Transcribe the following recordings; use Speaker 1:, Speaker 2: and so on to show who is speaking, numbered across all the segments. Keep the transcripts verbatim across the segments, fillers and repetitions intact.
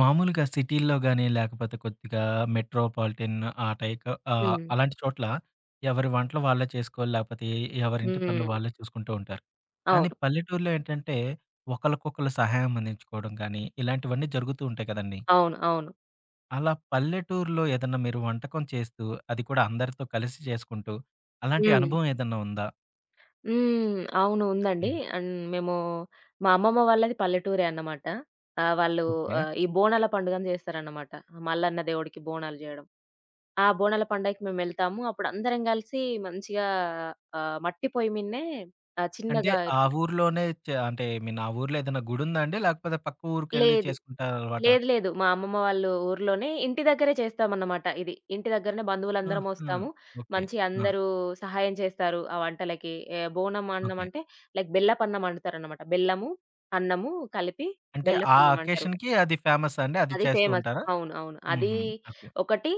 Speaker 1: మామూలుగా సిటీల్లో గాని, లేకపోతే కొద్దిగా మెట్రోపాలిటన్ ఆ టైక ఆహ్,
Speaker 2: హ్మ్.
Speaker 1: అలాంటి చోట్ల ఎవరి వంటలు వాళ్ళే చేసుకోవాలి, లేకపోతే ఎవరింటి పనులు
Speaker 2: హ్మ్.
Speaker 1: వాళ్ళే చూసుకుంటూ ఉంటారు. కానీ
Speaker 2: అవును.
Speaker 1: పల్లెటూరులో ఏంటంటే, ఒకళ్ళకొకళ్ళు సహాయం అందించుకోవడం గానీ, ఇలాంటివన్నీ జరుగుతూ ఉంటాయి కదండీ!
Speaker 2: అవును. అవును.
Speaker 1: అలా పల్లెటూరులో ఏదన్నా మీరు వంటకం చేస్తూ, అది కూడా అందరితో కలిసి చేసుకుంటూ, అలాంటి
Speaker 2: హ్మ్.
Speaker 1: అనుభవం ఏదన్నా ఉందా?
Speaker 2: హ్మ్. అవును. ఉందండి.
Speaker 1: హ్మ్.
Speaker 2: అండ్ మేము మా అమ్మమ్మ వాళ్ళది పల్లెటూరే అన్నమాట. ఆహ్, వాళ్ళు
Speaker 1: ఓకే.
Speaker 2: ఆహ్, ఈ బోనాల పండుగని జేస్తారన్నమాట. మల్లన్న దేవుడికి బోనాలు జేయడం. ఆ బోనాల పండగకి మేమెళ్తాము. అప్పుడు అందరం గలిసి మంచిగా ఆహ్, మట్టి పొయ్యి మీదనే ఆహ్,
Speaker 1: అంటే
Speaker 2: చిన్నగా.
Speaker 1: ఆ ఊర్లోనే చ అంటే ఐ మీన్ ఆ ఊర్లో ఏదైనా గుడుందా అండి? లేకపోతే పక్క ఊరికెళ్ళి
Speaker 2: లేదు.
Speaker 1: చేసుకుంటారలవాట?
Speaker 2: లేదు. లేదు. మా అమ్మమ్మ వాళ్ళు ఊర్లోనే ఇంటి దగ్గరే చేస్తామన్నమాట ఇది. ఇంటి దగ్గరనే బంధువులందరం
Speaker 1: ఆహా!
Speaker 2: ఒస్తాము.
Speaker 1: ఓకే.
Speaker 2: మంచిగా
Speaker 1: ఆ!
Speaker 2: అందరూ సహాయం చేస్తారు ఆ వంటలకి. ఆహ్, బోనం అన్నం
Speaker 1: ఓకే.
Speaker 2: అంటే లైక్ బెల్లపన్నం అండుతారన్నమాట. బెల్లము, అన్నము కలిపి
Speaker 1: అంటే ఆ
Speaker 2: బెల్లపన్నం అంటారు.
Speaker 1: అకేషన్‌కి అది ఫేమస్ అండి? అది
Speaker 2: అది
Speaker 1: చేస్తూ
Speaker 2: ఫేమస్.
Speaker 1: ఉంటారా?
Speaker 2: అవును. అవును. అది
Speaker 1: హుహు. ఓకే.
Speaker 2: ఒకటి.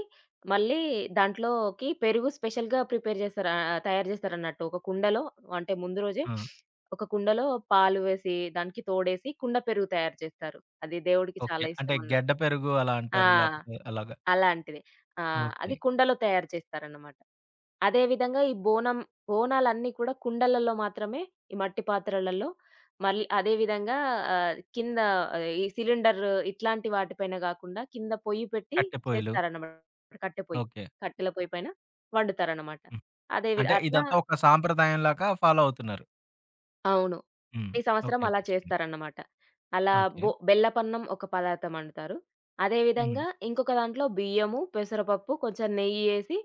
Speaker 2: మళ్ళీ దాంట్లోకి పెరుగు స్పెషల్‌గా ప్రిపేర్ చేస్తారు. ఆహ్, తయారు చేస్తారన్నట్టు. ఒక కుండలో అంటే ముందు రోజే
Speaker 1: ఆ!
Speaker 2: ఒక కుండలో పాలు వేసి, దానికి తోడేసి కుండ పెరుగు తయారు చేస్తారు. అది దేవుడికి
Speaker 1: ఓకే.
Speaker 2: చాలా
Speaker 1: అంటే గడ్డ
Speaker 2: ఇష్టమన్నట్టు.
Speaker 1: పెరుగు అలా
Speaker 2: ఆ!
Speaker 1: అంటారు. లేకపోతే అలాగా.
Speaker 2: అలాంటిది. ఆ!
Speaker 1: ఓకే.
Speaker 2: అది కుండలో తయారు చేస్తారన్నమాట. అదే విధంగా ఈ బోనం బోనాలన్నీ కూడా కుండలలో మాత్రమే, ఈ మట్టి పాత్రలలో. మళ్ళీ అదే విధంగా ఆహ్, కింద ఈ సిలిండర్ ఇట్లాంటి వాటిపైన గాకుండా కింద పొయ్యి పెట్టి
Speaker 1: కట్టె పొయ్యలు.
Speaker 2: చేస్తారన్నమాట. కట్టె పొయ్యి.
Speaker 1: ఓకే.
Speaker 2: కట్టెల పొయ్యి పైన వండుతారన్నమాట.
Speaker 1: హ్మ్.
Speaker 2: అదే వి
Speaker 1: అంటే
Speaker 2: అట్లా.
Speaker 1: ఇదంతా ఒక సాంప్రదాయంలాగా ఫాలో అవుతున్నారు.
Speaker 2: అవును.
Speaker 1: హ్మ్.
Speaker 2: ప్రతి
Speaker 1: ఓకే.
Speaker 2: సంవత్సరం అలా
Speaker 1: ఓకే. చెప్పండి.
Speaker 2: చేస్తారన్నమాట. అలా
Speaker 1: ఓకే.
Speaker 2: బొ బెల్లపన్నం ఒక పదార్థం అండుతారు. అదే
Speaker 1: హ్మ్.
Speaker 2: విధంగా ఇంకొక దాంట్లో బియ్యము, పెసరపప్పు, కొంచెం నెయ్యేసి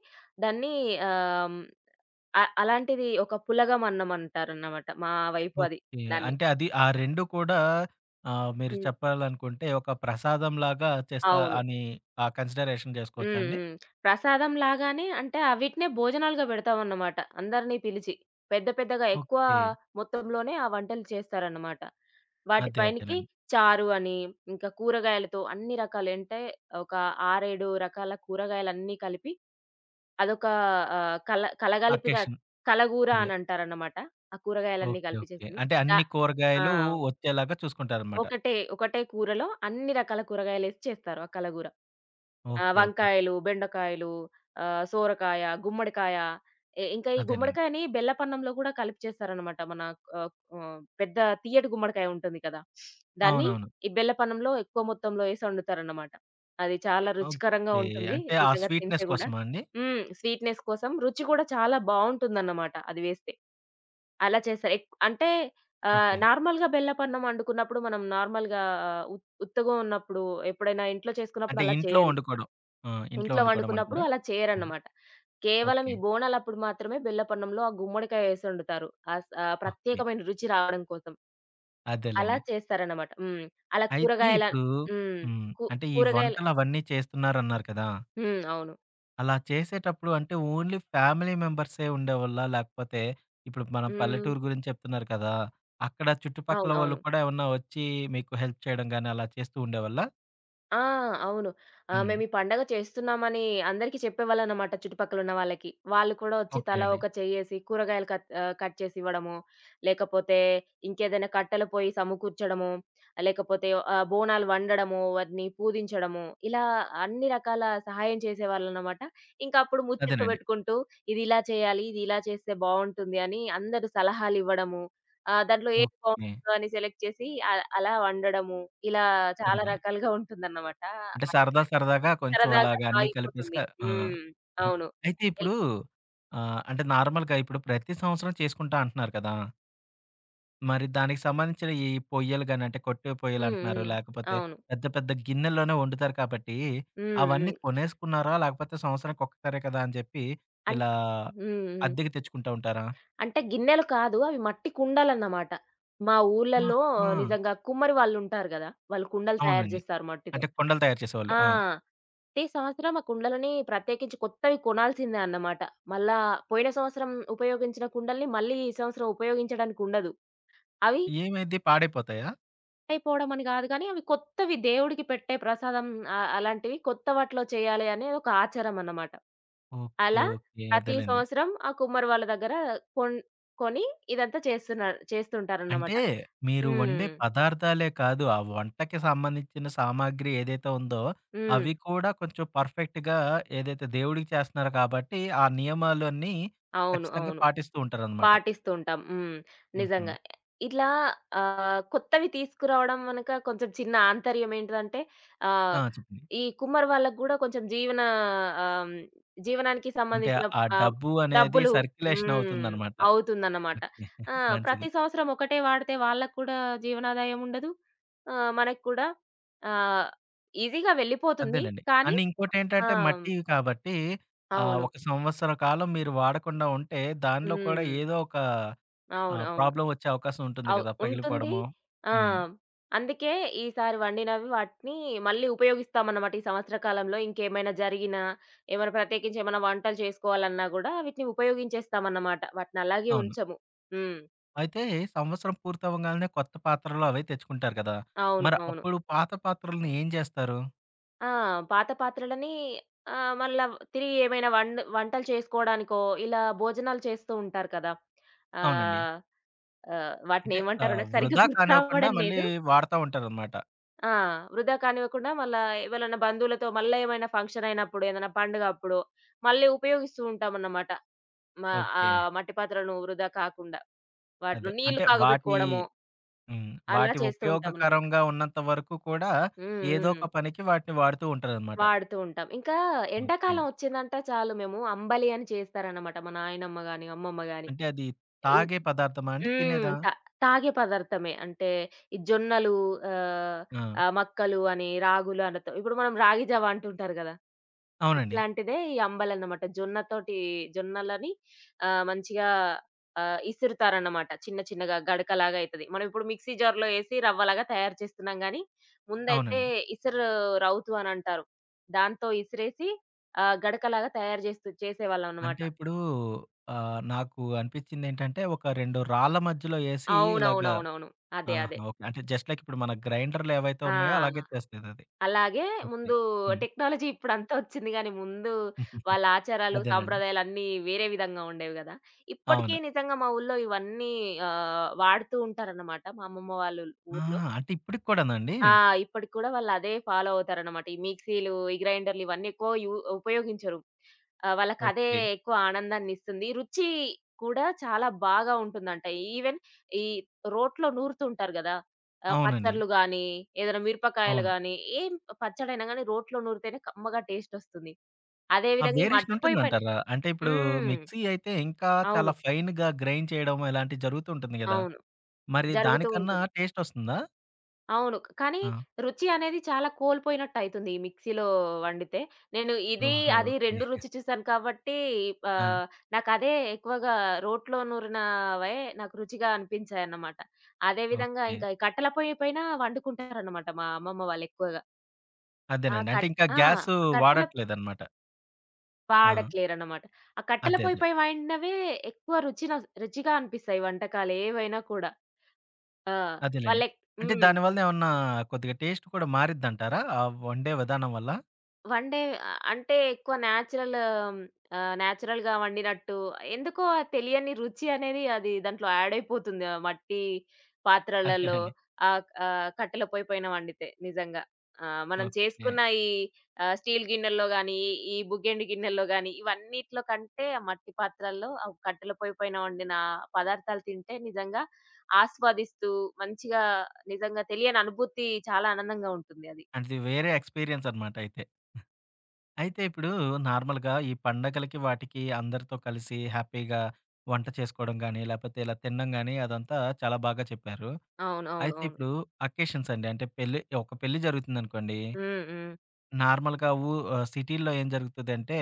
Speaker 2: దాన్ని ఆహ్, హ్మ్, అ అలాంటిది ఒక పులగం అన్నం అంటారన్నమాట. మా వైపు అది
Speaker 1: ఓకే.
Speaker 2: దాన్ని.
Speaker 1: అంటే అది ఆ రెండూ కూడా ఆహ్, మీరు
Speaker 2: హ్మ్.
Speaker 1: చెప్పాలనుకుంటే ఒక ప్రసాదంలాగా చేస్తా
Speaker 2: అవును.
Speaker 1: అని ఆ కన్సిడరేషన్ చేసుకోవచ్చా
Speaker 2: హ్మ్.
Speaker 1: అండి?
Speaker 2: హ్మ్. ప్రసాదం లాగానే అంటే అవిటినే భోజనాలుగా పెడతామన్నమాట. అందరిని పిలిచి. పెద్ద పెద్దగా ఎక్కువ
Speaker 1: ఓకే.
Speaker 2: మొత్తంలోనే ఆ వంటలు చేస్తారన్నమాట. వాటి
Speaker 1: అదే
Speaker 2: పైనికి
Speaker 1: అదేనండి.
Speaker 2: చారు అని, ఇంకా కూరగాయలతో అన్ని రకాలు అంటే ఒక ఆరు, ఏడు రకాల కూరగాయలన్నీ కలిపి అదొక ఆహ్, కల కలగలిపిన
Speaker 1: అకేషన్.
Speaker 2: కలగూర
Speaker 1: అదే.
Speaker 2: అని అంటారన్నమాట. ఆ కూరగాయలన్నీ
Speaker 1: ఓకే.
Speaker 2: కలిపి
Speaker 1: ఓకే.
Speaker 2: చేసింది.
Speaker 1: అంటే
Speaker 2: ద
Speaker 1: అన్ని
Speaker 2: ఆ!
Speaker 1: కూరగాయలు వచ్చేలాగా చూసుకుంటారనమాట.
Speaker 2: ఒకటే ఒకటే కూరలో అన్ని రకాల కూరగాయలేసి చేస్తారు ఆ కలగూర. ఆ!
Speaker 1: ఓకే. ఓకే.
Speaker 2: వంకాయలు, బెండకాయలు, ఆహ్, సోరకాయ, గుమ్మడికాయ. ఇ ఇంకా ఈ
Speaker 1: అదేనండి.
Speaker 2: గుమ్మడికాయని బెల్లపన్నంలో కూడా కలిపి చేస్తారనమాట. మన ఆహ్, ఆహ్, పెద్ద తియ్యటి గుమ్మడికాయ ఉంటుంది కదా! దాన్ని
Speaker 1: అవునవును.
Speaker 2: ఈ బెల్లపన్నంలో ఎక్కువ మొత్తంలో ఏసి వండుతారనమాట. అది చాలా రుచికరంగా
Speaker 1: ఓకే.
Speaker 2: ఉంటుంది.
Speaker 1: అంటే ఆ
Speaker 2: నిజంగా తింటే
Speaker 1: స్వీట్‌నెస్
Speaker 2: గూడా.
Speaker 1: కోసమా అండి?
Speaker 2: హ్మ్. స్వీట్‌నెస్ కోసం రుచి కూడా చాలా బావుంటుందన్నమాట అది వేస్తే. అలా చేస్తారు. ఎక్ అంటే ఆహ్,
Speaker 1: ఓకే.
Speaker 2: నార్మల్‌గా బెల్లపన్నం వండుకున్నప్పుడు మనం నార్మల్‌గా ఆహ్, ఉత్ ఉత్తగా ఉన్నప్పుడు ఎప్పుడైనా ఇంట్లో
Speaker 1: అంటే
Speaker 2: చేసుకున్నప్పుడు అలా
Speaker 1: ఇంట్లో
Speaker 2: చేయరు.
Speaker 1: వండుకోవడం. ఆ! ఇంట్లో
Speaker 2: ఇంట్లో
Speaker 1: వండుకోవడం
Speaker 2: వండుకున్నప్పుడు
Speaker 1: అంటారా?
Speaker 2: అలా
Speaker 1: హ్మ్.
Speaker 2: చేయరన్నమాట. కేవలం
Speaker 1: ఓకే.
Speaker 2: ఈ బోనాలప్పుడు మాత్రమే బెల్లపన్నంలో ఆ గుమ్మడికాయ యేసొండుతారు. ఆస్ ఆ స- ఆ
Speaker 1: ఓకే.
Speaker 2: ప్రత్యేకమైన రుచి రావడం కోసం. అలా
Speaker 1: అదేలెండి.
Speaker 2: చేస్తారన్నమాట. హ్మ్. అలా
Speaker 1: అయితే
Speaker 2: కూరగాయల.
Speaker 1: ఇప్పుడు
Speaker 2: హ్మ్.
Speaker 1: హ్మ్.
Speaker 2: కు
Speaker 1: అంటే ఈ
Speaker 2: కూరగాయల.
Speaker 1: వంటలవన్నీ చేస్తున్నారన్నారు కదా!
Speaker 2: హ్మ్. అవును.
Speaker 1: అలా చేసేటప్పుడు అంటే ఓన్లీ ఫ్యామిలీ మెంబర్సే ఉండేవాళ్ళా? లేకపోతే ఇప్పుడు మనం
Speaker 2: హ్మ్.
Speaker 1: పల్లెటూరు గురించి చెప్తున్నారు కదా! అక్కడ చుట్టుపక్కల వాళ్ళు
Speaker 2: అవునవును.
Speaker 1: కూడా ఏమన్నా వచ్చి మీకు హెల్ప్ చేయడం గాని అలా చేస్తూ ఉండేవాళ్ళా?
Speaker 2: ఆ! అవును. ఆహ్,
Speaker 1: హ్మ్.
Speaker 2: మేమీ పండగ చేస్తున్నామని అందరికీ చెప్పేవాళ్ళనమాట చుట్టుపక్కలున్న వాళ్ళకి. వాళ్ళు కూడా వచ్చి
Speaker 1: ఓకే
Speaker 2: తలా
Speaker 1: అండి.
Speaker 2: ఒక చెయ్యేసి కూరగాయలు కట్ ఆహ్, కట్ చేసివ్వడము, లేకపోతే ఇంకేదైనా కట్టెల పొయ్యి సమకూర్చడము, లేకపోతే ఆహ్, బోనాలు వండడము, వాటిని పూజించడము, ఇలా అన్ని రకాల సహాయం చేసేవాళ్ళనమాట. ఇంకా అప్పుడు ముచ్చట్లు
Speaker 1: అదేనండి.
Speaker 2: పెట్టుకుంటూ, ఇది ఇలా చేయాలి, ఇది ఇలా చేస్తే బావుంటుంది అని అందరూ సలహాలివ్వడము, ఆహ్, దాంట్లో ఏది
Speaker 1: ఓకే.
Speaker 2: బావుం అని సెలెక్ట్ చేసి అ అలా వండడము. ఇలా చాలా
Speaker 1: అదేనండి.
Speaker 2: రకాలుగా ఉంటుందన్నమాట.
Speaker 1: అంటే సరదా
Speaker 2: అది
Speaker 1: సరదాగా కొంచెం
Speaker 2: సరదాగా
Speaker 1: అలాగా అన్నీ కలిపేసి క
Speaker 2: సాగిపోతుంది.
Speaker 1: ఆ!
Speaker 2: హ్మ్. అవును.
Speaker 1: అయితే
Speaker 2: ఎల్
Speaker 1: ఇప్పుడు ఆహ్, అంటే నార్మల్‌గా ఇప్పుడు ప్రతి సంవత్సరం చేసుకుంటా అంటున్నారు కదా! మరి దానికి సంబంధించిన ఈ పొయ్యలు గాని, అంటే కొట్టే పొయ్యలు
Speaker 2: హ్మ్.
Speaker 1: అంటున్నారు.
Speaker 2: హ్మ్.
Speaker 1: లేకపోతే
Speaker 2: అవును.
Speaker 1: పెద్ద పెద్ద గిన్నెల్లోనే వండుతారు కాబట్టి,
Speaker 2: హ్మ్.
Speaker 1: అవన్నీ
Speaker 2: హ్మ్.
Speaker 1: కొనేసుకున్నారా? లేకపోతే సంవత్సరానికి ఒక్కసారే కదా అని చెప్పి,
Speaker 2: అన్
Speaker 1: ఇలా
Speaker 2: హ్మ్. హ్మ్.
Speaker 1: అద్దెకి తెచ్చుకుంటా ఉంటారా?
Speaker 2: అంటే గిన్నెలు కాదు, అవి మట్టి కుండలన్నమాట. మా ఊర్లలో
Speaker 1: ఆహా!
Speaker 2: నిజంగా కుమ్మరి వాళ్ళుంటారు గదా! వాళ్ళు కుండలు తయారు
Speaker 1: అవునండి.
Speaker 2: జేస్తారు మట్టితో.
Speaker 1: అంటే కుండలు తయారు చేసేవాళ్ళు.
Speaker 2: ఆ!
Speaker 1: ఆ!
Speaker 2: ప్రతి సంవత్సరం ఆ కుండలని ప్రత్యేకించి కొత్తవి కొనాల్సిందే అన్నమాట. మళ్ళా పోయిన సంవత్సరం ఉపయోగించిన కుండల్ని మళ్ళీ ఈ సంవత్సరం ఉపయోగించడానికి ఉండదు. అవి
Speaker 1: ఏమైద్ది? పాడైపోతాయా?
Speaker 2: అయిపోవడం అని గాదు గానీ, అవి కొత్తవి దేవుడికి పెట్టే ప్రసాదం. ఆహ్, అలాంటివి కొత్త వాటిలో చేయాలి అనే ఒక ఆచారం అన్నమాట.
Speaker 1: ఓకే.
Speaker 2: అలా
Speaker 1: ఓకే.
Speaker 2: ప్రతి
Speaker 1: అదేలెండి.
Speaker 2: సంవత్సరం ఆ కుమ్మరి వాళ్ళ దగ్గర కొన్ కొని ఇదంతా చేస్తున్నారు చేస్తుంటారన్నమాట.
Speaker 1: అంటే మీరు వండే
Speaker 2: హ్మ్.
Speaker 1: పదార్థాలే కాదు, ఆ వంటకి సంబంధించిన సామాగ్రి ఏదైతే ఉందో,
Speaker 2: హ్మ్.
Speaker 1: అవి కూడా కొంచెం పర్ఫెక్ట్‌గా ఏదైతే దేవుడికి చేస్తున్నారు కాబట్టి, ఆ నియమాలన్నీ
Speaker 2: అవును.
Speaker 1: ఖచ్చితంగా
Speaker 2: అవును.
Speaker 1: పాటిస్తూ ఉంటారనమాట.
Speaker 2: పాటిస్తూ ఉంటాం. హ్మ్.
Speaker 1: హుహు.
Speaker 2: నిజంగా. ఇట్లా ఆహ్, కొత్తవి తీసుకురావడం వెనక కొంచెం చిన్న ఆంతర్యం ఏంటిదంటే ఆహ్,
Speaker 1: ఆ! చెప్పండి.
Speaker 2: ఈ కుమ్మరి వాళ్ళకి గూడా కొంచెం జీవన ఆహ్, హ్మ్, జీవనానికి
Speaker 1: అంటే
Speaker 2: సంబంధించిన
Speaker 1: ఆ
Speaker 2: ఆహ్,
Speaker 1: డబ్బు అనేది
Speaker 2: డబ్బులు.
Speaker 1: సర్క్యులేషన్
Speaker 2: హ్మ్.
Speaker 1: అవుతుందనమాట.
Speaker 2: అవుతుందన్నమాట.
Speaker 1: ఓకే.
Speaker 2: ఆ!
Speaker 1: మంచిది.
Speaker 2: ప్రతి సంవత్సరం ఒకటే వాడితే వాళ్ళకి కూడా జీవనాదాయం ఉండదు. ఆహ్, మనకి కూడా ఆహ్, ఈజీగా వెళ్ళిపోతుంది.
Speaker 1: అదేలెండి.
Speaker 2: కానీ
Speaker 1: అండ్
Speaker 2: ఆ!
Speaker 1: ఇంకోటేంటంటే మట్టివి కాబట్టి, ఆహ్,
Speaker 2: అవును.
Speaker 1: ఒక సంవత్సర కాలం మీరు వాడకుండా ఉంటే, దానిలో కూడా
Speaker 2: హ్మ్.
Speaker 1: ఏదో ఒక
Speaker 2: అవును.
Speaker 1: ఆహ్,
Speaker 2: అవును.
Speaker 1: ప్రాబ్లమ్ వచ్చే అవకాశం ఉంటుంది
Speaker 2: అవ్
Speaker 1: కదా!
Speaker 2: ఉంటుంది.
Speaker 1: పగిలిపోవడమో.
Speaker 2: ఆ!
Speaker 1: హ్మ్.
Speaker 2: అందుకే ఈసారి వండినవి వాటిని మళ్ళీ ఉపయోగిస్తామన్నమాట. ఈ సంవత్సర కాలంలో ఇంకేమైనా జరిగినా, ఏమైనా ప్రత్యేకించి ఏమైనా వంటలు చేసుకోవాలన్నా గూడా వీటిని ఉపయోగించేస్తామన్నమాట. వాటిని అలాగే
Speaker 1: అవును.
Speaker 2: ఉంచము. హ్మ్.
Speaker 1: అయితే సంవత్సరం పూర్తవ్వంగాల్నే కొత్త పాత్రలు అవే తెచ్చుకుంటారు కదా!
Speaker 2: అవును.
Speaker 1: మరి
Speaker 2: అవును.
Speaker 1: అప్పుడు పాత పాత్రలని ఏం చేస్తారు?
Speaker 2: ఆ! పాత పాత్రలని ఆహ్, మళ్ళా తిరిగి ఏమైనా వండ్ వంటలు చేసుకోవడానికో, ఇలా భోజనాలు చేస్తూ ఉంటారు కదా!
Speaker 1: అవునండి.
Speaker 2: ఆహ్, ఆహ్,
Speaker 1: అంటే
Speaker 2: వాటినేమంటారో
Speaker 1: ఆహ్,
Speaker 2: నాకు సరిగ్గా
Speaker 1: వృధా
Speaker 2: గుర్తు
Speaker 1: కానివ్వకుండా
Speaker 2: రావడం
Speaker 1: మళ్ళీ
Speaker 2: లేదు.
Speaker 1: వాడతా ఉంటారనమాట.
Speaker 2: ఆ! వృధా కానివ్వకుండా మళ్ళా ఎవలన్నా బంధువులతో మళ్ళా ఏమైనా ఫంక్షన్ అయినప్పుడు, ఏదైనా పండుగ అప్పుడు మళ్ళీ ఉపయోగిస్తూ ఉంటామన్నమాట. మ ఆ
Speaker 1: ఓకే.
Speaker 2: మట్టి పాత్రలను వృధా కాకుండా వాటిలో
Speaker 1: అదే.
Speaker 2: నీళ్లు
Speaker 1: అంటే వాటి
Speaker 2: కాగబెట్టుకోవడము,
Speaker 1: హ్మ్.
Speaker 2: అలా
Speaker 1: వాటి
Speaker 2: చేస్తూ ఉంటామన్నమాట.
Speaker 1: ఉపయోగకరంగా ఉన్నంత వరకు కూడా
Speaker 2: హ్మ్.
Speaker 1: ఏదో ఒక
Speaker 2: హ్మ్.
Speaker 1: పనికి వాటిని వాడుతూ ఉంటారనమాట.
Speaker 2: వాడుతూ ఉంటాం. ఇంకా
Speaker 1: ఓకే.
Speaker 2: ఎండాకాలం ఒచ్చిందంటే చాలు మేము అంబలి అని చేస్తారన్నమాట. మా నాయనమ్మ గాని, అమ్మమ్మ గాని.
Speaker 1: అంటే అది
Speaker 2: ఈ
Speaker 1: తాగే పదార్థమా అండి?
Speaker 2: హ్మ్.
Speaker 1: తినేదా?
Speaker 2: తా తాగే పదార్థమే. అంటే ఈ జొన్నలు ఆహ్,
Speaker 1: ఆ!
Speaker 2: ఆహ్, మక్కలు అని, రాగులు అనతో ఇప్పుడు మనం రాగి జావ అంటుంటారు గదా!
Speaker 1: అవునండి.
Speaker 2: అట్లాంటిదే ఈ అంబలన్నమాట. జొన్నతోటి జొన్నలని ఆహ్, మంచిగా ఆహ్, ఇసురుతారన్నమాట. చిన్న చిన్నగా గడకలాగా అయితది. మనం ఇప్పుడు మిక్సీ జార్‌లో ఏసి రవ్వలాగా తయారు చేస్తున్నాం గానీ, ముందైతే
Speaker 1: అవునండి.
Speaker 2: ఇసరు రౌతు అనంటారు. దాంతో ఇసిరేసి ఆహ్, గడకలాగా తయారు చేస్తూ చేసేవాళ్ళమన్నమాట.
Speaker 1: అంటే ఇప్పుడు ఆహ్, నాకు అనిపించిందేంటంటే ఒక రెండు రాళ్ళ మధ్యలో ఏసి ఇలాగ
Speaker 2: అవునవునవునవును. అదే.
Speaker 1: ఆహా!
Speaker 2: అదే.
Speaker 1: ఓకే. అంటే జస్ట్ లైక్ ఇప్పుడు మన గ్రైండర్‌లు ఏవైతే
Speaker 2: ఆ!
Speaker 1: ఉన్నాయో అలాగే చేస్తదది.
Speaker 2: అలాగే
Speaker 1: ఓకే.
Speaker 2: ముందు.
Speaker 1: హ్మ్.
Speaker 2: టెక్నాలజీ ఇప్పుడంతా ఒచ్చింది గానీ, ముందు వాళ్ళ ఆచారాలు,
Speaker 1: అదేనండి.
Speaker 2: సాంప్రదాయాలన్నీ వేరే విధంగా ఉండేవి గదా! ఇప్పటికీ
Speaker 1: అవును.
Speaker 2: నిజంగా మా ఊళ్ళో ఇవన్నీ ఆహ్, వాడుతూ ఉంటారన్నమాట. మా అమ్మమ్మ వాళ్ళ
Speaker 1: ఆ!
Speaker 2: ఊర్లో.
Speaker 1: అంటే ఇప్పటికి కూడానండి?
Speaker 2: ఆ! ఇప్పటికి కూడా వాళ్ళదే ఫాలో అవుతారనమాట. ఈ మిక్సీలు, ఈ గ్రైండర్‌లు ఇవన్నీ ఎక్కువ యూ ఉపయోగించరు. ఆహ్, వాళ్ళకదే
Speaker 1: ఓకే.
Speaker 2: ఎక్కువ ఆనందాన్నిస్తుంది. రుచి కూడా చాలా బాగా ఉంటుందంట. ఈవెన్ ఈ రోట్లో నూరుతుంటారు గదా! ఆహ్,
Speaker 1: అవునండి.
Speaker 2: పచ్చళ్ళు గానీ, ఏదైనా మిరపకాయలు
Speaker 1: అవును.
Speaker 2: గానీ, ఏం పచ్చడైనా గానీ రోట్లో నూరితేనే కమ్మగా టేస్టొస్తుంది. అదే
Speaker 1: ఆ
Speaker 2: విధంగా ఈ
Speaker 1: వేరియేషన్
Speaker 2: మట్టిపోయి పైన.
Speaker 1: ఉంటుందంటారా? అంటే ఇప్పుడు
Speaker 2: హ్మ్.
Speaker 1: మిక్సీ అయితే ఇంకా చాలా
Speaker 2: అవును.
Speaker 1: ఫైన్‌గా గ్రైండ్ చేయడం ఇలాంటివి జరుగుతూ ఉంటుంది గదా!
Speaker 2: అవును.
Speaker 1: మరి
Speaker 2: జరుగుతూ
Speaker 1: దానికన్నా
Speaker 2: ఉంటుంది.
Speaker 1: టేస్ట్ వస్తుందా?
Speaker 2: అవును. కానీ
Speaker 1: ఆ!
Speaker 2: రుచి అనేది చాలా కోల్పోయినట్టయితుంది ఈ మిక్సీలో వండితే. నేను ఇది,
Speaker 1: ఓహో!
Speaker 2: అది రెండు
Speaker 1: ఓకే.
Speaker 2: రుచి చూసాను కాబట్టి
Speaker 1: ఆ!
Speaker 2: ఆహ్, నాకదే ఎక్కువగా రోట్లో నూరినవే నాకు రుచిగా అనిపించాయన్నమాట. అదే విధంగా
Speaker 1: ఓకే.
Speaker 2: ఇంకా ఈ కట్టెల పొయ్యి పైన వండుకుంటారన్నమాట మా అమ్మమ్మ వాళ్ళెక్కువగా. ఆ
Speaker 1: అదేనండి. అంటే
Speaker 2: కట్
Speaker 1: ఇంకా
Speaker 2: ఆ!
Speaker 1: గ్యాసు
Speaker 2: ఆ కట్టెల
Speaker 1: వాడట్లేదనమాట. ఆ!
Speaker 2: వాడట్లేరన్నమాట. ఆ కట్టెల
Speaker 1: అదే.
Speaker 2: పొయ్యి
Speaker 1: అదే.
Speaker 2: పై వండినవే ఎక్కువ రుచిన రుచిగా అనిపిస్తాయి వంటకాలేవైనా కూడా. ఆ!
Speaker 1: అదేలెండి.
Speaker 2: వాళ్ళెక్
Speaker 1: అంటే
Speaker 2: హ్మ్.
Speaker 1: దానివల్ల ఏమన్నా కొద్దిగా టేస్ట్ కూడా మారిద్దంటారా? ఆ వండే విధానం వల్ల?
Speaker 2: వన్ డే ఆహ్, అంటే ఎక్కువ నేచురల్ ఆహ్, నేచురల్‌గా వండినట్టు ఎందుకో ఆ తెలియని రుచి అనేది అది దాంట్లో యాడ్ అయిపోతుంది. ఆ మట్టి పాత్రలలో
Speaker 1: అదేనండి.
Speaker 2: ఆహ్, ఆహ్, కట్టెల పొయ్యి పైన వండితే నిజంగా. ఆహ్, మనం
Speaker 1: ఓకే.
Speaker 2: చేసుకున్న ఈ ఆహ్, స్టీల్ గిన్నెల్లో గాని, ఈ బుగ్గెండు గిన్నెల్లో గాని ఇవన్నిట్లో కంటే ఆ మట్టి పాత్రల్లో ఆ కట్టెల పొయ్యి పైన వండిన పదార్థాలు తింటే నిజంగా ఆస్వాదిస్తూ మంచిగా నిజంగా తెలియని అనుభూతి చాలా ఆనందంగా ఉంటుంది అది.
Speaker 1: అంటే ఇది వేరే ఎక్స్‌పీరియన్స్ అనమాట అయితే. అయితే ఇప్పుడు నార్మల్‌గా ఈ పండగలకి వాటికి అందరితో కలిసి హ్యాపీగా వంట చేసుకోవడం గాని, లేపోతే ఇలా తినడం గాని అదంతా చాలా బాగా చెప్పారు.
Speaker 2: అవును. అవును.
Speaker 1: అయితే
Speaker 2: అవును.
Speaker 1: ఇప్పుడు అకేషన్స్ అండి. అంటే పెళ్లి ఒక పెళ్లి జరుగుతుందనుకోండి
Speaker 2: హ్మ్. హ్మ్.
Speaker 1: నార్మల్‌గా ఊ ఆహ్, సిటీ‌ల్లో ఏం జరుగుతదంటే,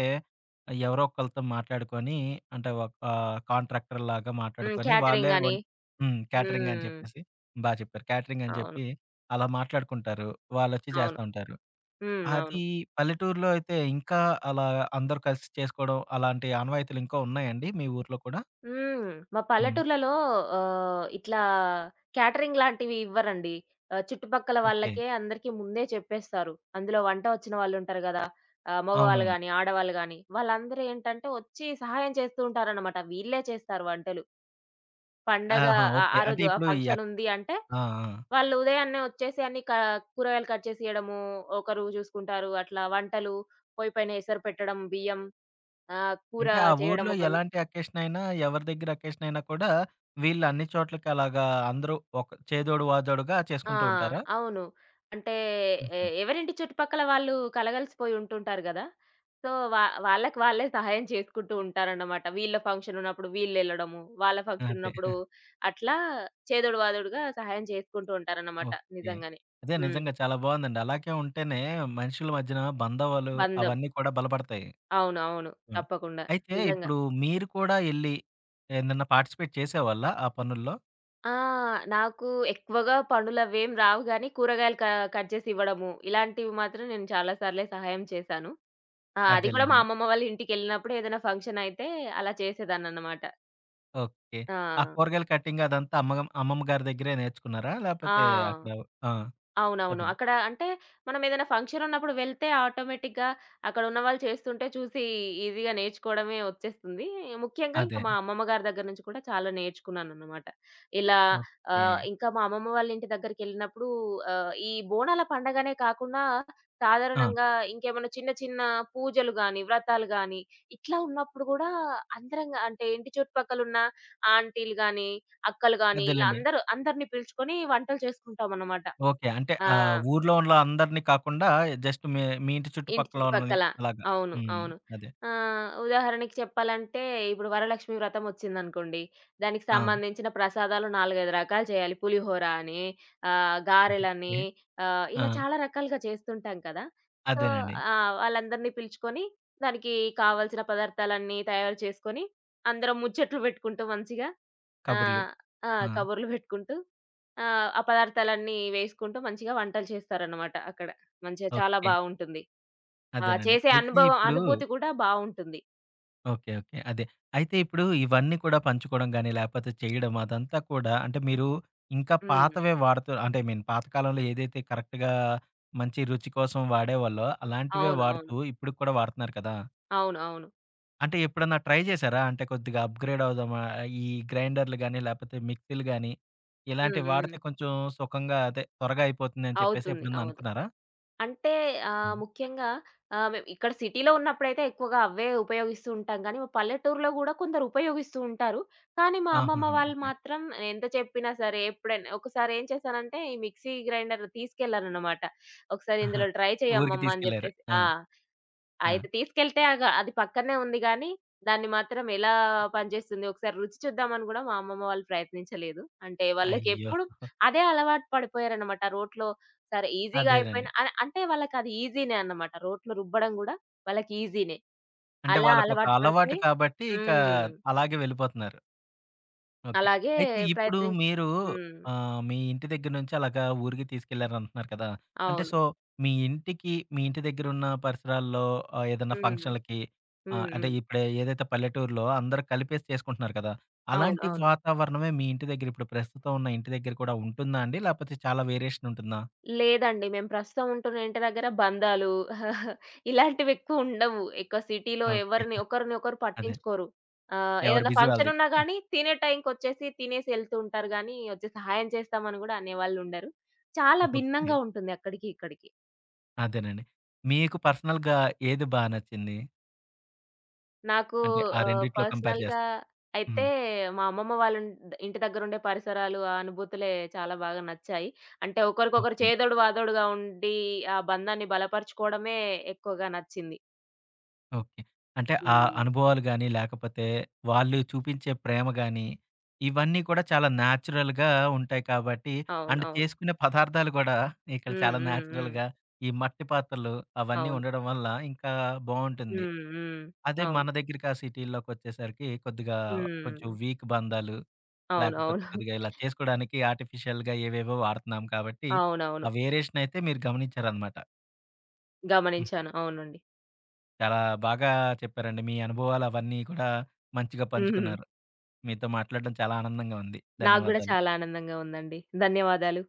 Speaker 1: ఎవరో ఒకళ్ళతో మాట్లాడుకొని అంటే ఒక ఆహ్, కాంట్రాక్టర్‌లాగా
Speaker 2: హ్మ్.
Speaker 1: మాట్లాడుకొని వాళ్ళే
Speaker 2: క్యాటరింగ్
Speaker 1: వం
Speaker 2: అని.
Speaker 1: హ్మ్. క్యాటరింగ్
Speaker 2: హ్మ్.
Speaker 1: అని చెప్పేసి బా చెప్పారు. క్యాటరింగ్ అని
Speaker 2: అవును.
Speaker 1: చెప్పి అలా మాట్లాడుకుంటారు. వాళ్ళొచ్చి
Speaker 2: అవును.
Speaker 1: చేస్తా ఉంటారు.
Speaker 2: హ్మ్. అవును.
Speaker 1: అది పల్లెటూరులో అయితే ఇంకా అలా అందరూ కలిసి చేసుకోవడం అలాంటి ఆనవాయితీలు ఇంకా ఉన్నాయండి మీ ఊర్లో కూడా?
Speaker 2: హ్మ్. మా
Speaker 1: హ్మ్.
Speaker 2: పల్లెటూర్లలో ఆహ్, ఇట్లా క్యాటరింగ్ లాంటివి ఇవ్వరండి. ఆహ్, చుట్టుపక్కల
Speaker 1: ఓకే.
Speaker 2: వాళ్ళకే అందరికీ ముందే చెప్పేస్తారు. అందులో వంట వచ్చిన వాళ్ళుంటారు గదా! ఆహ్, మగవాళ్ళు
Speaker 1: అవునవును.
Speaker 2: గాని, ఆడవాళ్ళు గాని వాళ్ళందరూ ఏంటంటే వచ్చి సహాయం చేస్తూ ఉంటారనమాట. వీళ్ళే చేస్తారు వంటలు. పండగ
Speaker 1: ఆహా!
Speaker 2: ఆ
Speaker 1: ఓకే.
Speaker 2: ఆ
Speaker 1: అంటే
Speaker 2: రోజు ఆ
Speaker 1: ఇప్పుడు
Speaker 2: ఫంక్షన్
Speaker 1: ఎక్
Speaker 2: ఉంది అంటే
Speaker 1: ఆ! ఆ!
Speaker 2: వాళ్ళు ఉదయాన్నే వచ్చేసి అన్ని క కూరగాయలు కట్ చేసియడము, ఒకరు చూసుకుంటారు. అట్లా వంటలు, పొయ్యి పైన ఎసరు పెట్టడం, బియ్యం. ఆ! కూర
Speaker 1: అంటే ఆ
Speaker 2: చేయడం
Speaker 1: ఊర్లో
Speaker 2: ఒకరు.
Speaker 1: ఎలాంటి అకేషన్ అయినా, ఎవరి దగ్గర అకేషన్ అయినా కూడా వీళ్ళు అన్ని చోట్లకి అలాగా అందరూ ఒక చేదోడు వాదోడుగా
Speaker 2: ఆ!
Speaker 1: చేసుకుంటూ ఉంటారా?
Speaker 2: అవును. అంటే ఎ
Speaker 1: హుహు.
Speaker 2: ఎవరింటి చుట్టుపక్కల వాళ్ళు కలగలిసిపోయి ఉంటుంటారు గదా! సో, వా వాళ్ళకి వాళ్ళే సహాయం చేసుకుంటూ ఉంటారన్నమాట. వీళ్ళ ఫంక్షన్ ఉన్నప్పుడు వీళ్ళెళ్ళడము, వాళ్ళ ఫంక్షన్
Speaker 1: అదే.
Speaker 2: ఉన్నప్పుడు అట్లా చేదోడు వాదోడుగా సహాయం చేసుకుంటూ ఉంటారన్నమాట
Speaker 1: ఓకే.
Speaker 2: నిజంగానే.
Speaker 1: అదే
Speaker 2: హ్మ్.
Speaker 1: నిజంగా చాలా బావుందండి. అలాగే ఉంటేనే మనుషుల మధ్యన బంధవాలు
Speaker 2: బంధం.
Speaker 1: అవన్నీ కూడా బలపడతాయి.
Speaker 2: అవును. అవును.
Speaker 1: అవును.
Speaker 2: తప్పకుండా.
Speaker 1: అయితే
Speaker 2: నిజంగా.
Speaker 1: ఇప్పుడు మీరు కూడా ఎళ్లి ఏదన్నా పార్టిసిపేట్ చేసేవాళ్ళా ఆ పనుల్లో?
Speaker 2: ఆ! నాకు ఎక్కువగా పనులవేం రావు గానీ కూరగాయలు క కట్ చేసి ఇవ్వడము, ఇలాంటివి మాత్రం నేను చాలా సార్లే సహాయం చేశాను. ఆ! అది కూడా మా
Speaker 1: అదేలెండి.
Speaker 2: అమ్మమ్మ వాళ్ళ ఇంటికెళ్ళినప్పుడు ఏదైనా ఫంక్షన్ అయితే అలా చేసేదాన్ననమాట.
Speaker 1: ఓకే. ఆ
Speaker 2: ఆ!
Speaker 1: కూరగాయల కటింగ్ అదంతా అమ్మగం అమ్మమ్మ గారి దగ్గరే నేర్చుకున్నారా?
Speaker 2: ఆ!
Speaker 1: లేపోతే అక్కడ ఆ!
Speaker 2: అవునవును.
Speaker 1: చెప్పండి.
Speaker 2: అక్కడ అంటే, మనం ఏదైనా ఫంక్షన్ ఉన్నప్పుడు వెళ్తే ఆటోమేటిక్‌గా అక్కడ ఉన్నవాళ్ళు చేస్తుంటే చూసి ఈజీగా నేర్చుకోవడమే వచ్చేస్తుంది. ముఖ్యంగా ఇంకా
Speaker 1: అదే.
Speaker 2: మా అమ్మమ్మ గారి దగ్గర నుంచి కూడా చాలా నేర్చుకున్నానన్నమాట. ఇలా
Speaker 1: ఓకే.
Speaker 2: ఆహ్, ఇంకా మా అమ్మమ్మ వాళ్ళ ఇంటి దగ్గరికెళ్ళినప్పుడు ఆహ్, ఈ బోనాల పండగనే కాకుండా
Speaker 1: ఆ!
Speaker 2: సాధారణంగా ఇంకేమైనా చిన్న చిన్న పూజలు గాని, వ్రతాలు గాని ఇట్లా ఉన్నప్పుడు గూడా అందరం గా- అంటే ఇంటి చుట్టుపక్కలున్న ఆంటీలు గాని, అక్కలు గాని ఇలా
Speaker 1: అదేలెండి.
Speaker 2: అందరూ అందరిని పిలుచుకొని వంటలు చేసుకుంటామన్నమాట.
Speaker 1: ఓకే. అంటే ఆహ్,
Speaker 2: ఆ!
Speaker 1: ఊర్లో ఉన్న అందరిని కాకుండా జస్ట్ మీ మీ ఇంటి
Speaker 2: ఇంటి
Speaker 1: చుట్టుపక్కలోళ్ళని
Speaker 2: చుట్టుపక్కల.
Speaker 1: అలాగా.
Speaker 2: అవును.
Speaker 1: హ్మ్.
Speaker 2: అవును.
Speaker 1: అదే.
Speaker 2: ఆహ్, ఉదాహరణకి చెప్పాలంటే ఇప్పుడు వరలక్ష్మి వ్రతం వచ్చిందనుకోండి. దానికి
Speaker 1: ఆ!
Speaker 2: సంబంధించిన ప్రసాదాలు నాలుగు, ఐదు రకాలు చేయాలి. పులిహోర అని, ఆహ్, గారెలని,
Speaker 1: ఓకే.
Speaker 2: ఆహ్,
Speaker 1: ఆ!
Speaker 2: ఇలా చాలా రకాలుగా చేస్తుంటాం కదా! సో,
Speaker 1: అదేనండి.
Speaker 2: ఆహ్, వాళ్ళందరిని పిలుచుకొని దానికి కావాల్సిన పదార్థాలన్నీ తయారు చేసుకొని అందరం ముచ్చట్లు పెట్టుకుంటూ మంచిగా
Speaker 1: కబుర్లు.
Speaker 2: ఆహ్, ఆ!
Speaker 1: ఆ!
Speaker 2: కబుర్లు పెట్టుకుంటూ ఆహ్, ఆ పదార్థాలన్నీ వేసుకుంటూ మంచిగా వంటలు చేస్తారన్నమాట అక్కడ. మంచిగా చాలా
Speaker 1: ఓకే.
Speaker 2: బావుంటుంది. ఆ!
Speaker 1: అదేనండి.
Speaker 2: చేసే
Speaker 1: అయితే
Speaker 2: అనుభవం
Speaker 1: ఇప్పుడు
Speaker 2: అనుభూతి కూడా బావుంటుంది.
Speaker 1: ఓకే. ఓకే. అదే. అయితే ఇప్పుడు ఇవన్నీ కూడా పంచుకోవడం గాని, లేకపోతే చేయడం అదంతా కూడా అంటే మీరు ఇంకా
Speaker 2: హ్మ్.
Speaker 1: పాతవే వాడుతూ అంటే ఐ మీన్ పాతకాలంలో ఏదైతే కరెక్ట్‌గా మంచి రుచి కోసం వాడేవాళ్ళో అలాంటివే
Speaker 2: అవును. అవును.
Speaker 1: వాడుతూ ఇప్పటికి కూడా వాడుతున్నారు కదా!
Speaker 2: అవును. అవును.
Speaker 1: అంటే ఎప్పుడన్నా ట్రై చేశారా? అంటే కొద్దిగా అప్‌గ్రేడ్ అవుదామా? ఈ గ్రైండర్‌లు గాని, లేపోతే మిక్సీలు గాని,
Speaker 2: హ్మ్.
Speaker 1: ఇలాంటివి
Speaker 2: హ్మ్.
Speaker 1: వాడితే కొంచెం సుఖంగా అదే త్వరగా అయిపోతుందని చెప్పేసి
Speaker 2: అవుతుంది.
Speaker 1: ఎప్పుడన్నా
Speaker 2: అవును.
Speaker 1: అనుకున్నారా?
Speaker 2: అంటే ఆహ్,
Speaker 1: హ్మ్.
Speaker 2: ముఖ్యంగా ఆహ్, మేము ఇక్కడ సిటీలో ఉన్నప్పుడైతే ఎక్కువగా అవే ఉపయోగిస్తూ ఉంటాం గానీ, మా పల్లెటూరులో గూడా కొందరు ఉపయోగిస్తూ ఉంటారు. కానీ, మా అమ్మమ్మ
Speaker 1: ఆహాహా!
Speaker 2: వాళ్ళు
Speaker 1: ఓకే.
Speaker 2: మాత్రం ఎంత చెప్పినా సరే, ఎప్పుడైనా ఒకసారి ఏం చేశానంటే, ఈ మిక్సీ గ్రైండర్ తీసుకెళ్ళానన్నమాట. "ఒకసారి
Speaker 1: ఆహా.
Speaker 2: ఇందులో ట్రై
Speaker 1: ఊరికి
Speaker 2: చెయ్యమ్మమ్మ" అని
Speaker 1: తీసుకెళ్లారు.
Speaker 2: జెప్పేసి.
Speaker 1: ఆ!
Speaker 2: ఆ!
Speaker 1: ఆ!
Speaker 2: అయితే తీసుకెళ్తే అగ అది పక్కనే ఉంది గానీ, దాన్ని మాత్రం ఎలా పనిచేస్తుంది ఒకసారి రుచి చూద్దామని గూడా మా అమ్మమ్మ వాళ్ళు ప్రయత్నించలేదు. అంటే
Speaker 1: అయ్యో!
Speaker 2: వాళ్ళకెప్పుడు అదే అలవాటు పడిపోయారనమాట. రోట్లో సరే ఈజీగా అయిపోయిన
Speaker 1: అదేనండి.
Speaker 2: అ అంటే వాళ్ళకది ఈజీనే అన్నమాట. రోట్లో రుబ్బడం గూడా వాళ్ళకి ఈజీనే.
Speaker 1: అంటే
Speaker 2: అలా
Speaker 1: వాళ్ళకొక
Speaker 2: అలవాటు
Speaker 1: అలవాటు
Speaker 2: పడిపోయి.
Speaker 1: కాబట్టి ఇక
Speaker 2: హ్మ్.
Speaker 1: అలాగే వెళ్ళిపోతున్నారు. ఓకే.
Speaker 2: అలాగే
Speaker 1: అయితే ఇప్పుడు
Speaker 2: ప్రయత్నిం
Speaker 1: మీరు
Speaker 2: హ్మ్.
Speaker 1: ఆహ్, మీ ఇంటి దగ్గర నుంచి అలాగా ఊరికి తీసుకెళ్లారంటున్నారు కదా! అంటే
Speaker 2: అవును.
Speaker 1: సో, మీ ఇంటికి మీ ఇంటి దగ్గరున్న పరిసరాల్లో ఆహ్, ఏదన్నా
Speaker 2: హ్మ్.
Speaker 1: ఫంక్షన్‌లకి ఆహ్,
Speaker 2: హ్మ్.
Speaker 1: అంటే
Speaker 2: హ్మ్.
Speaker 1: ఇప్పుడు ఏదైతే పల్లెటూరులో అందరూ కలిపేసి చేసుకుంటున్నారు కదా!
Speaker 2: అవును.
Speaker 1: అలాంటి
Speaker 2: అవును.
Speaker 1: వాతావరణమే మీ ఇంటి దగ్గర ఇప్పుడు ప్రస్తుతం ఉన్న ఇంటి దగ్గర కూడా ఉంటుందా అండి? లేకపోతే చాలా వేరియేషన్ ఉంటుందా?
Speaker 2: లేదండి. మేము ప్రస్తుతం ఉంటున్న ఇంటి దగ్గర బంధాలు ఇలాంటివెక్కువుండవు. ఎక్కువ ఉండవు. ఎక్కువ సిటీలో
Speaker 1: ఓకే.
Speaker 2: ఎవరిని ఒకరిని ఒకరు
Speaker 1: అదే.
Speaker 2: పట్టించుకోరు. ఆహ్,
Speaker 1: ఎవరి
Speaker 2: ఏదైనా
Speaker 1: బిజీ
Speaker 2: ఫంక్షన్
Speaker 1: వాళ్ళది.
Speaker 2: ఉన్నా గానీ, తినే టైంకొచ్చేసి తినేసి ఎళ్తూ ఉంటారు గానీ, వచ్చి సహాయం చేస్తామని గూడా అనేవాళ్ళుండరు. చాలా
Speaker 1: ఓకే.
Speaker 2: భిన్నంగా ఉంటుంది అక్కడికి, ఇక్కడికి.
Speaker 1: అదేనండి. మీకు పర్సనల్‌గా ఏది బా నచ్చింది?
Speaker 2: నాకు
Speaker 1: అంటే ఆ
Speaker 2: ఆహ్,
Speaker 1: రెండిట్లో కంపేర్
Speaker 2: పర్సనల్‌గా
Speaker 1: చేస్తే?
Speaker 2: అయితే
Speaker 1: హ్మ్.
Speaker 2: మా అమ్మమ్మ వాళ్ళ ఇన్ ఇంటి దగ్గరుండే పరిసరాలు, ఆ అనుభూతులే చాలా బాగా నచ్చాయి. అంటే ఒకరికొకరు
Speaker 1: ఓకే.
Speaker 2: చేదోడు వాదోడుగా ఉండి, ఆ బంధాన్ని బలపరుచుకోవడమే ఎక్కువగా నచ్చింది.
Speaker 1: ఓకే. అంటే ఆ
Speaker 2: హ్మ్.
Speaker 1: అనుభవాలు గాని, లేకపోతే వాళ్ళు చూపించే ప్రేమ గాని, ఇవన్నీ కూడా చాలా న్యాచురల్‌గా ఉంటాయి కాబట్టి,
Speaker 2: అవును.
Speaker 1: అండ్
Speaker 2: అవును.
Speaker 1: చేసుకునే పదార్థాలు కూడా ఇక్కడ
Speaker 2: హ్మ్.
Speaker 1: చాలా
Speaker 2: హ్మ్. హ్మ్.
Speaker 1: న్యాచురల్‌గా ఈ మట్టి పాత్రలు అవన్నీ
Speaker 2: అవును.
Speaker 1: ఉండడం వల్ల ఇంకా బావుంటుంది.
Speaker 2: హ్మ్. హ్మ్.
Speaker 1: అదే మన
Speaker 2: అవును.
Speaker 1: దగ్గరికి ఆ సిటీల్లోకొచ్చేసరికి కొద్దిగా కొంచెం
Speaker 2: హ్మ్.
Speaker 1: వీక్ బంధాలు, లేకపోతే
Speaker 2: అవునవును.
Speaker 1: కొద్దిగా ఇలా చేసుకోడానికి ఆర్టిఫిషియల్‌గా ఏవేవో వాడుతున్నాం కాబట్టి, ఆ
Speaker 2: అవునవును.
Speaker 1: వేరియేషన్ అయితే మీరు గమనించారనమాట.
Speaker 2: గమనించాను. అవునండి.
Speaker 1: చాలా బాగా చెప్పారండి. మీ అనుభవాలు అవన్నీ కూడా మంచిగా
Speaker 2: హ్మ్.
Speaker 1: పంచుకున్నారు. మీతో మాట్లాడడం చాలా ఆనందంగా ఉంది.
Speaker 2: నాకు గూడా
Speaker 1: ధన్యవాదాలు.
Speaker 2: చాలా ఆనందంగా ఉందండి. ధన్యవాదాలు.